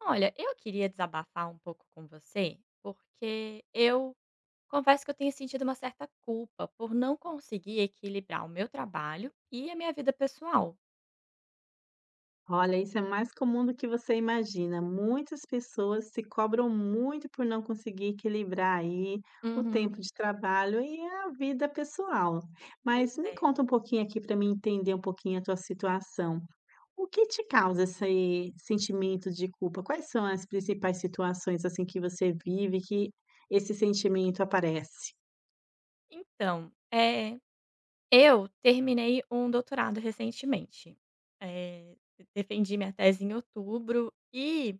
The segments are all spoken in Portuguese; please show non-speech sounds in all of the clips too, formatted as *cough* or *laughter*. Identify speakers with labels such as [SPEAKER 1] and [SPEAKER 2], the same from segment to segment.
[SPEAKER 1] Olha, eu queria desabafar um pouco com você, porque eu confesso que eu tenho sentido uma certa culpa por não conseguir equilibrar o meu trabalho e a minha vida pessoal.
[SPEAKER 2] Olha, isso é mais comum do que você imagina. Muitas pessoas se cobram muito por não conseguir equilibrar aí o
[SPEAKER 1] Uhum.
[SPEAKER 2] tempo de trabalho e a vida pessoal.
[SPEAKER 1] Pois
[SPEAKER 2] Mas me
[SPEAKER 1] é.
[SPEAKER 2] conta um pouquinho aqui para mim entender um pouquinho a tua situação. O que te causa esse sentimento de culpa? Quais são as principais situações assim que você vive que esse sentimento aparece?
[SPEAKER 1] Então, eu terminei um doutorado recentemente. Eh, Defendi minha tese em outubro e,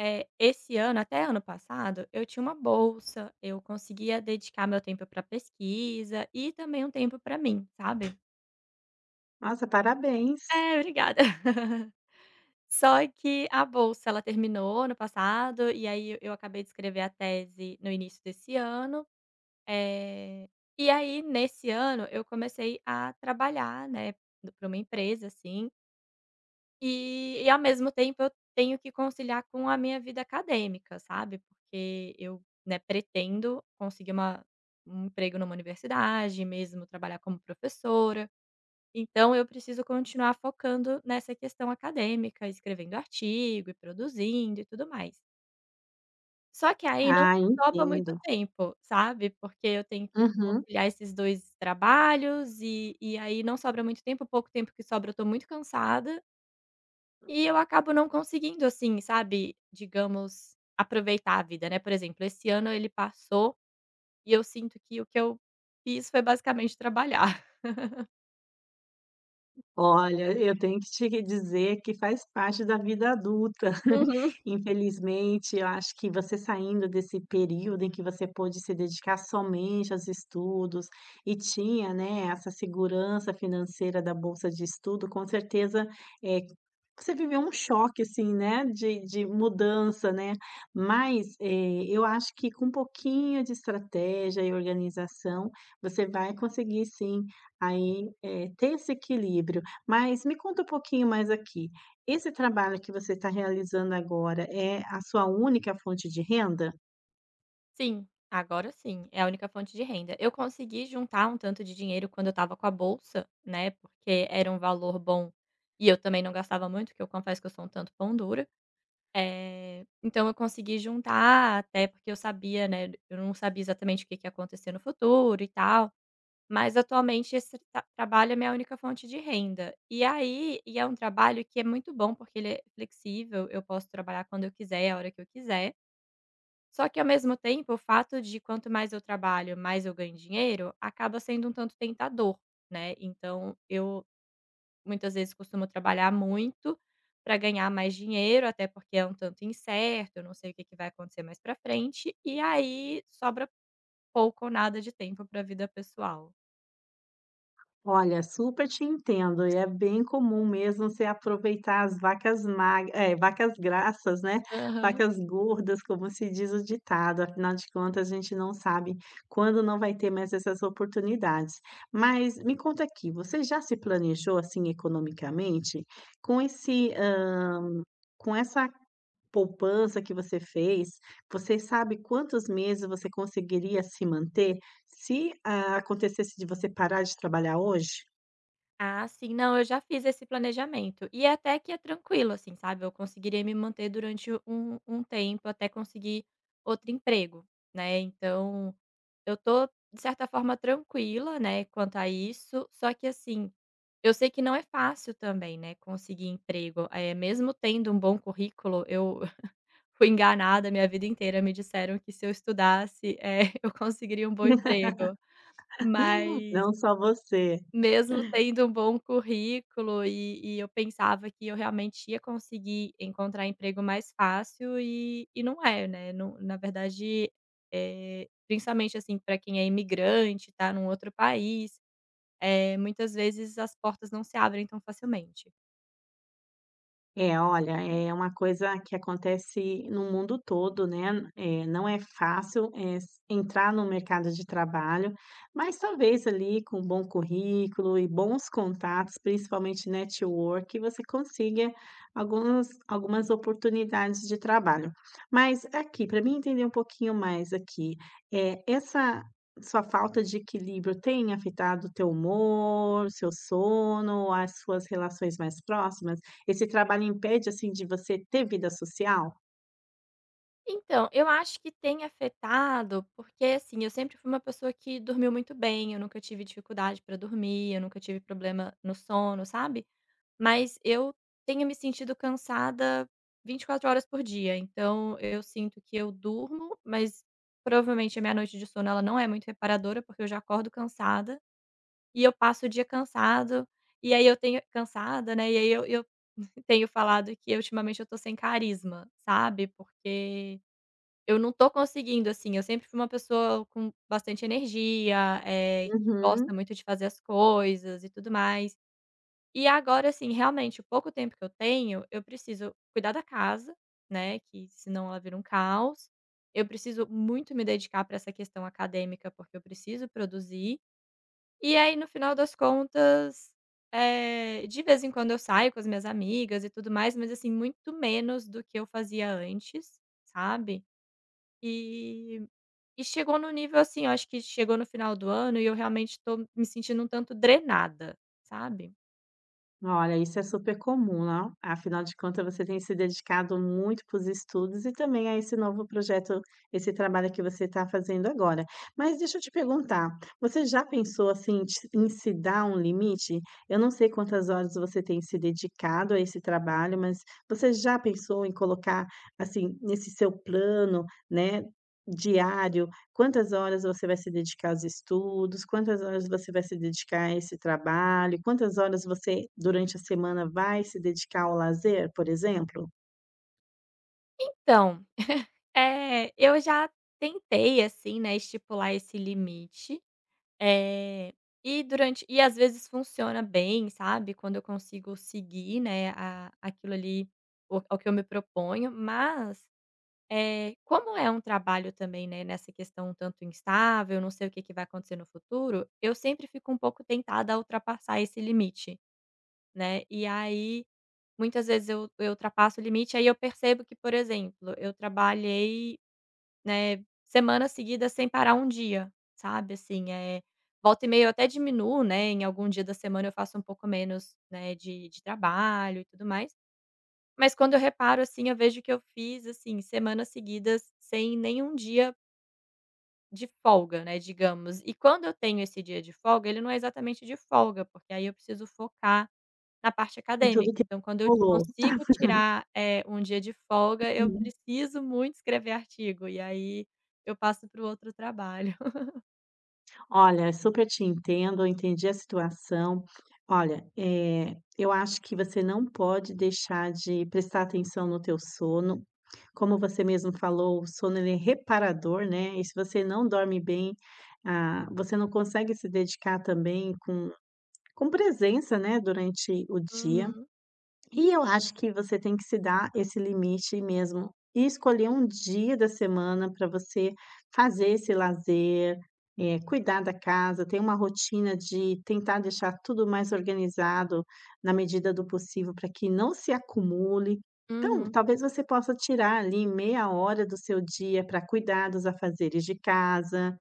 [SPEAKER 1] esse ano, até ano passado, eu tinha uma bolsa, eu conseguia dedicar meu tempo para pesquisa e também um tempo para mim, sabe?
[SPEAKER 2] Nossa, parabéns.
[SPEAKER 1] É, obrigada. *laughs* Só que a bolsa ela terminou ano passado, e aí eu acabei de escrever a tese no início desse ano, eh, e aí nesse ano eu comecei a trabalhar, né, para uma empresa assim, e ao mesmo tempo eu tenho que conciliar com a minha vida acadêmica, sabe, porque eu, né, pretendo conseguir uma um emprego numa universidade, mesmo trabalhar como professora. Então eu preciso continuar focando nessa questão acadêmica, escrevendo artigo e produzindo e tudo mais. Só que aí não
[SPEAKER 2] Ah,
[SPEAKER 1] sobra muito
[SPEAKER 2] entendo.
[SPEAKER 1] tempo, sabe, porque eu tenho que
[SPEAKER 2] Uhum.
[SPEAKER 1] conciliar esses 2 trabalhos e aí não sobra muito tempo, pouco tempo que sobra eu estou muito cansada, e eu acabo não conseguindo, assim, sabe, digamos, aproveitar a vida, né. Por exemplo, esse ano ele passou e eu sinto que o que eu fiz foi basicamente trabalhar.
[SPEAKER 2] Olha, eu tenho que te dizer que faz parte da vida adulta. *laughs*
[SPEAKER 1] *laughs*
[SPEAKER 2] Infelizmente, eu acho que você saindo desse período em que você pôde se dedicar somente aos estudos e tinha, né, essa segurança financeira da bolsa de estudo, com certeza, eh, você viveu um choque, assim, né, de mudança, né, mas, eu acho que com um pouquinho de estratégia e organização, você vai conseguir sim, aí, ter esse equilíbrio. Mas me conta um pouquinho mais aqui, esse trabalho que você está realizando agora é a sua única fonte de renda?
[SPEAKER 1] Sim, agora sim, é a única fonte de renda. Eu consegui juntar um tanto de dinheiro quando eu estava com a bolsa, né, porque era um valor bom e eu também não gastava muito, que eu confesso que eu sou um tanto pão dura. Então eu consegui juntar até porque eu sabia, né, eu não sabia exatamente o que que ia acontecer no futuro e tal, mas atualmente esse ta trabalho é minha única fonte de renda. E aí e é um trabalho que é muito bom, porque ele é flexível, eu posso trabalhar quando eu quiser, a hora que eu quiser. Só que ao mesmo tempo, o fato de quanto mais eu trabalho, mais eu ganho dinheiro, acaba sendo um tanto tentador, né. Então eu muitas vezes costumo trabalhar muito para ganhar mais dinheiro, até porque é um tanto incerto, eu não sei o que que vai acontecer mais para frente, e aí sobra pouco ou nada de tempo para a vida pessoal.
[SPEAKER 2] Olha, super te entendo, e é bem comum mesmo você aproveitar as vacas magras, vacas grassas, né,
[SPEAKER 1] Aham.
[SPEAKER 2] vacas gordas, como se diz o ditado, afinal de contas a gente não sabe quando não vai ter mais essas oportunidades. Mas me conta aqui, você já se planejou, assim, economicamente com esse, com essa poupança que você fez, você sabe quantos meses você conseguiria se manter se, acontecesse de você parar de trabalhar hoje?
[SPEAKER 1] Ah, sim. Não, eu já fiz esse planejamento. E é até que é tranquilo, assim, sabe? Eu conseguiria me manter durante um tempo até conseguir outro emprego, né? Então, eu tô, de certa forma, tranquila, né, quanto a isso. Só que, assim, eu sei que não é fácil também, né, conseguir emprego. É, mesmo tendo um bom currículo, eu *laughs* fui enganada minha vida inteira. Me disseram que se eu estudasse, é *laughs* eu conseguiria um bom
[SPEAKER 2] *laughs*
[SPEAKER 1] emprego. Mas
[SPEAKER 2] Não só você.
[SPEAKER 1] mesmo tendo um bom currículo e eu pensava que eu realmente ia conseguir encontrar emprego mais fácil e não é, né, não na verdade, principalmente, assim, para quem é imigrante, tá num outro país, muitas vezes as portas não se abrem tão facilmente.
[SPEAKER 2] É, olha, é uma coisa que acontece no mundo todo, né? Não é fácil, entrar no mercado de trabalho, mas talvez ali com um bom currículo e bons contatos, principalmente network, você consiga algumas, algumas oportunidades de trabalho. Mas aqui, para mim entender um pouquinho mais aqui, essa sua falta de equilíbrio tem afetado o teu humor, o seu sono, as suas relações mais próximas? Esse trabalho impede, assim, de você ter vida social?
[SPEAKER 1] Então, eu acho que tem afetado, porque assim, eu sempre fui uma pessoa que dormiu muito bem, eu nunca tive dificuldade para dormir, eu nunca tive problema no sono, sabe? Mas eu tenho me sentido cansada 24 horas por dia, então eu sinto que eu durmo, mas provavelmente a minha noite de sono ela não é muito reparadora, porque eu já acordo cansada, e eu passo o dia cansado, e aí eu tenho cansada, né, e aí eu *laughs* tenho falado que ultimamente eu tô sem carisma, sabe, porque eu não tô conseguindo, assim, eu sempre fui uma pessoa com bastante energia, que
[SPEAKER 2] Uhum.
[SPEAKER 1] gosta muito de fazer as coisas e tudo mais. E agora, assim, realmente, o pouco tempo que eu tenho, eu preciso cuidar da casa, né, que senão ela vira um caos. Eu preciso muito me dedicar para essa questão acadêmica, porque eu preciso produzir. E aí, no final das contas, de vez em quando eu saio com as minhas amigas e tudo mais, mas, assim, muito menos do que eu fazia antes, sabe? E chegou no nível, assim, eu acho que chegou no final do ano e eu realmente tô me sentindo um tanto drenada, sabe.
[SPEAKER 2] Olha, isso é super comum, né? Afinal de contas, você tem se dedicado muito para os estudos e também a esse novo projeto, esse trabalho que você está fazendo agora. Mas deixa eu te perguntar, você já pensou assim em em se dar um limite? Eu não sei quantas horas você tem se dedicado a esse trabalho, mas você já pensou em colocar assim nesse seu plano, né? Diário. Quantas horas você vai se dedicar aos estudos, quantas horas você vai se dedicar a esse trabalho, quantas horas você, durante a semana, vai se dedicar ao lazer, por exemplo,
[SPEAKER 1] Então eu já tentei, assim, né, estipular esse limite, eh, e durante e às vezes funciona bem, sabe, quando eu consigo seguir, né, a aquilo ali, o ao que eu me proponho, mas, como é um trabalho também, né, nessa questão um tanto instável, não sei o que que vai acontecer no futuro, eu sempre fico um pouco tentada a ultrapassar esse limite. Né, e aí, muitas vezes eu ultrapasso o limite, aí eu percebo que, por exemplo, eu trabalhei, né, semanas seguidas sem parar um dia, sabe, assim, é volta e meia eu até diminuo, né, em algum dia da semana eu faço um pouco menos, né, de trabalho e tudo mais, mas quando eu reparo, assim, eu vejo que eu fiz, assim, semanas seguidas sem nenhum dia de folga, né, digamos. E quando eu tenho esse dia de folga, ele não é exatamente de folga, porque aí eu preciso focar na parte
[SPEAKER 2] em tudo
[SPEAKER 1] acadêmica,
[SPEAKER 2] que
[SPEAKER 1] então quando
[SPEAKER 2] acumulou.
[SPEAKER 1] consigo tirar, um dia de folga, eu
[SPEAKER 2] *laughs*
[SPEAKER 1] preciso muito escrever artigo, e aí eu passo para o outro trabalho. *laughs*
[SPEAKER 2] Olha, super te entendo, eu entendi a situação. Olha, eu acho que você não pode deixar de prestar atenção no teu sono. Como você mesmo falou, o sono ele é reparador, né, e se você não dorme bem, você não consegue se dedicar também com presença, né, durante o dia.
[SPEAKER 1] Uhum.
[SPEAKER 2] E eu acho que você tem que se dar esse limite mesmo e escolher um dia da semana para você fazer esse lazer, cuidar da casa, ter uma rotina de tentar deixar tudo mais organizado na medida do possível para que não se acumule. Então,
[SPEAKER 1] Uhum.
[SPEAKER 2] talvez você possa tirar ali meia hora do seu dia para cuidar dos afazeres de casa.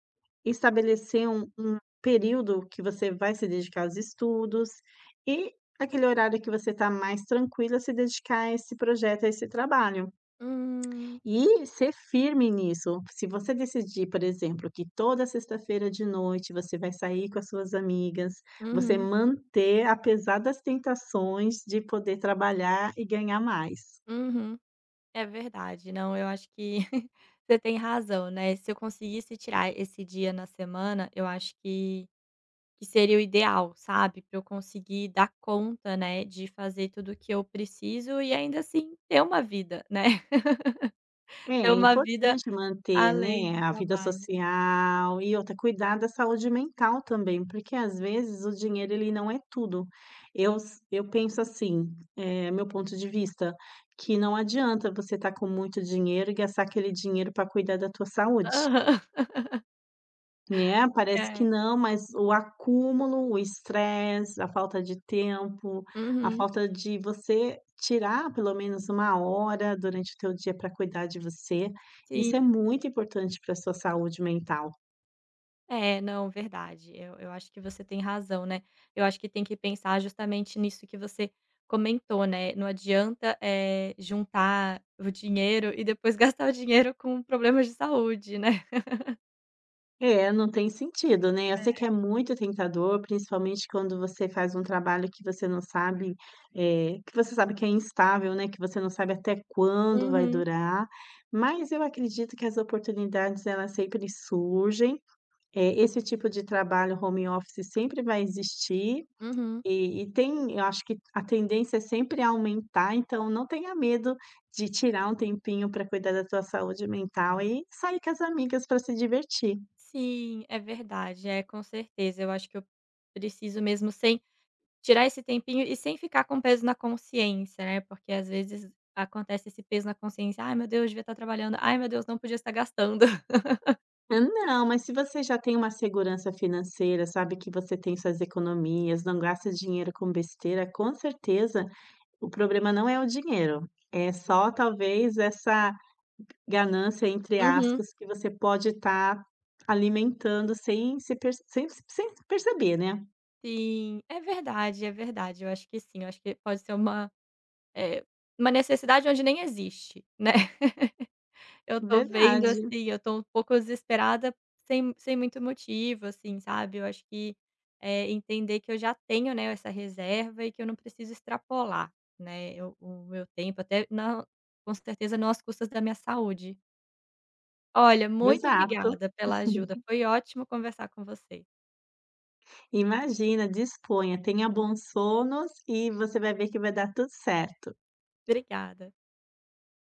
[SPEAKER 2] Estabelecer um período que você vai se dedicar aos estudos e aquele horário que você está mais tranquila se dedicar a esse projeto, a esse trabalho.
[SPEAKER 1] Hum.
[SPEAKER 2] E ser firme nisso. Se você decidir, por exemplo, que toda sexta-feira de noite você vai sair com as suas amigas, você
[SPEAKER 1] Uhum.
[SPEAKER 2] manter apesar das tentações de poder trabalhar e ganhar mais.
[SPEAKER 1] Uhum. É verdade, não, eu acho que *laughs* você tem razão, né, se eu conseguisse tirar esse dia na semana, eu acho que seria o ideal, sabe, para eu conseguir dar conta, né, de fazer tudo o que eu preciso e ainda assim ter uma vida, né, *laughs*
[SPEAKER 2] É,
[SPEAKER 1] ter
[SPEAKER 2] é
[SPEAKER 1] uma vida
[SPEAKER 2] importante manter,
[SPEAKER 1] além
[SPEAKER 2] né,
[SPEAKER 1] do
[SPEAKER 2] a vida
[SPEAKER 1] trabalho.
[SPEAKER 2] social e outra, cuidar da saúde mental também, porque às vezes o dinheiro ele não é tudo. Eu penso assim, é meu ponto de vista, que não adianta você estar com muito dinheiro e gastar aquele dinheiro para cuidar da tua saúde.
[SPEAKER 1] Aham.
[SPEAKER 2] Né, parece que
[SPEAKER 1] É.
[SPEAKER 2] não, mas o acúmulo, o estresse, a falta de tempo, a
[SPEAKER 1] Uhum.
[SPEAKER 2] falta de você tirar pelo menos uma hora durante o teu dia para cuidar de você,
[SPEAKER 1] Sim.
[SPEAKER 2] isso é muito importante para a sua saúde mental.
[SPEAKER 1] É, não, verdade. Eu acho que você tem razão, né. Eu acho que tem que pensar justamente nisso que você comentou, né, não adianta, juntar o dinheiro e depois *laughs* gastar o dinheiro com problemas de saúde, né.
[SPEAKER 2] É, não tem sentido, né. Eu sei que é muito tentador, principalmente quando você faz um trabalho que você não sabe, que você sabe que é instável, né, que você não sabe até quando vai
[SPEAKER 1] Uhum.
[SPEAKER 2] durar, mas eu acredito que as oportunidades elas sempre surgem. É, esse tipo de trabalho home office sempre vai existir
[SPEAKER 1] Uhum.
[SPEAKER 2] e tem eu acho que a tendência é sempre aumentar, então não tenha medo de tirar um tempinho para cuidar da tua saúde mental e sair com as amigas para se divertir.
[SPEAKER 1] Sim, é verdade. É, com certeza. Eu acho que eu preciso mesmo sem tirar esse tempinho e sem ficar com peso na consciência, né, porque às vezes acontece esse peso na consciência: "Ai meu Deus, devia estar trabalhando. Ai meu Deus, não podia estar gastando". *laughs*
[SPEAKER 2] Ah, não, mas se você já tem uma segurança financeira, sabe que você tem suas economias, não gasta dinheiro com besteira, com certeza o problema não é o dinheiro, é só talvez essa ganância, entre
[SPEAKER 1] Uhum.
[SPEAKER 2] aspas, que você pode estar alimentando sem perceber, né.
[SPEAKER 1] Sim, é verdade, é verdade. Eu acho que sim, eu acho que pode ser uma, eh, uma necessidade onde nem existe, né. Eu tô vendo,
[SPEAKER 2] Verdade,
[SPEAKER 1] assim, eu tô um pouco desesperada sem muito motivo, assim, sabe. Eu acho que, entender que eu já tenho, né, essa reserva e que eu não preciso extrapolar, né, eu o meu tempo até na com certeza não às custas da minha saúde. Olha, muito
[SPEAKER 2] exato.
[SPEAKER 1] obrigada pela ajuda, foi ótimo conversar com você.
[SPEAKER 2] Imagina, disponha, tenha bons sonos e você vai ver que vai dar tudo certo.
[SPEAKER 1] Obrigada.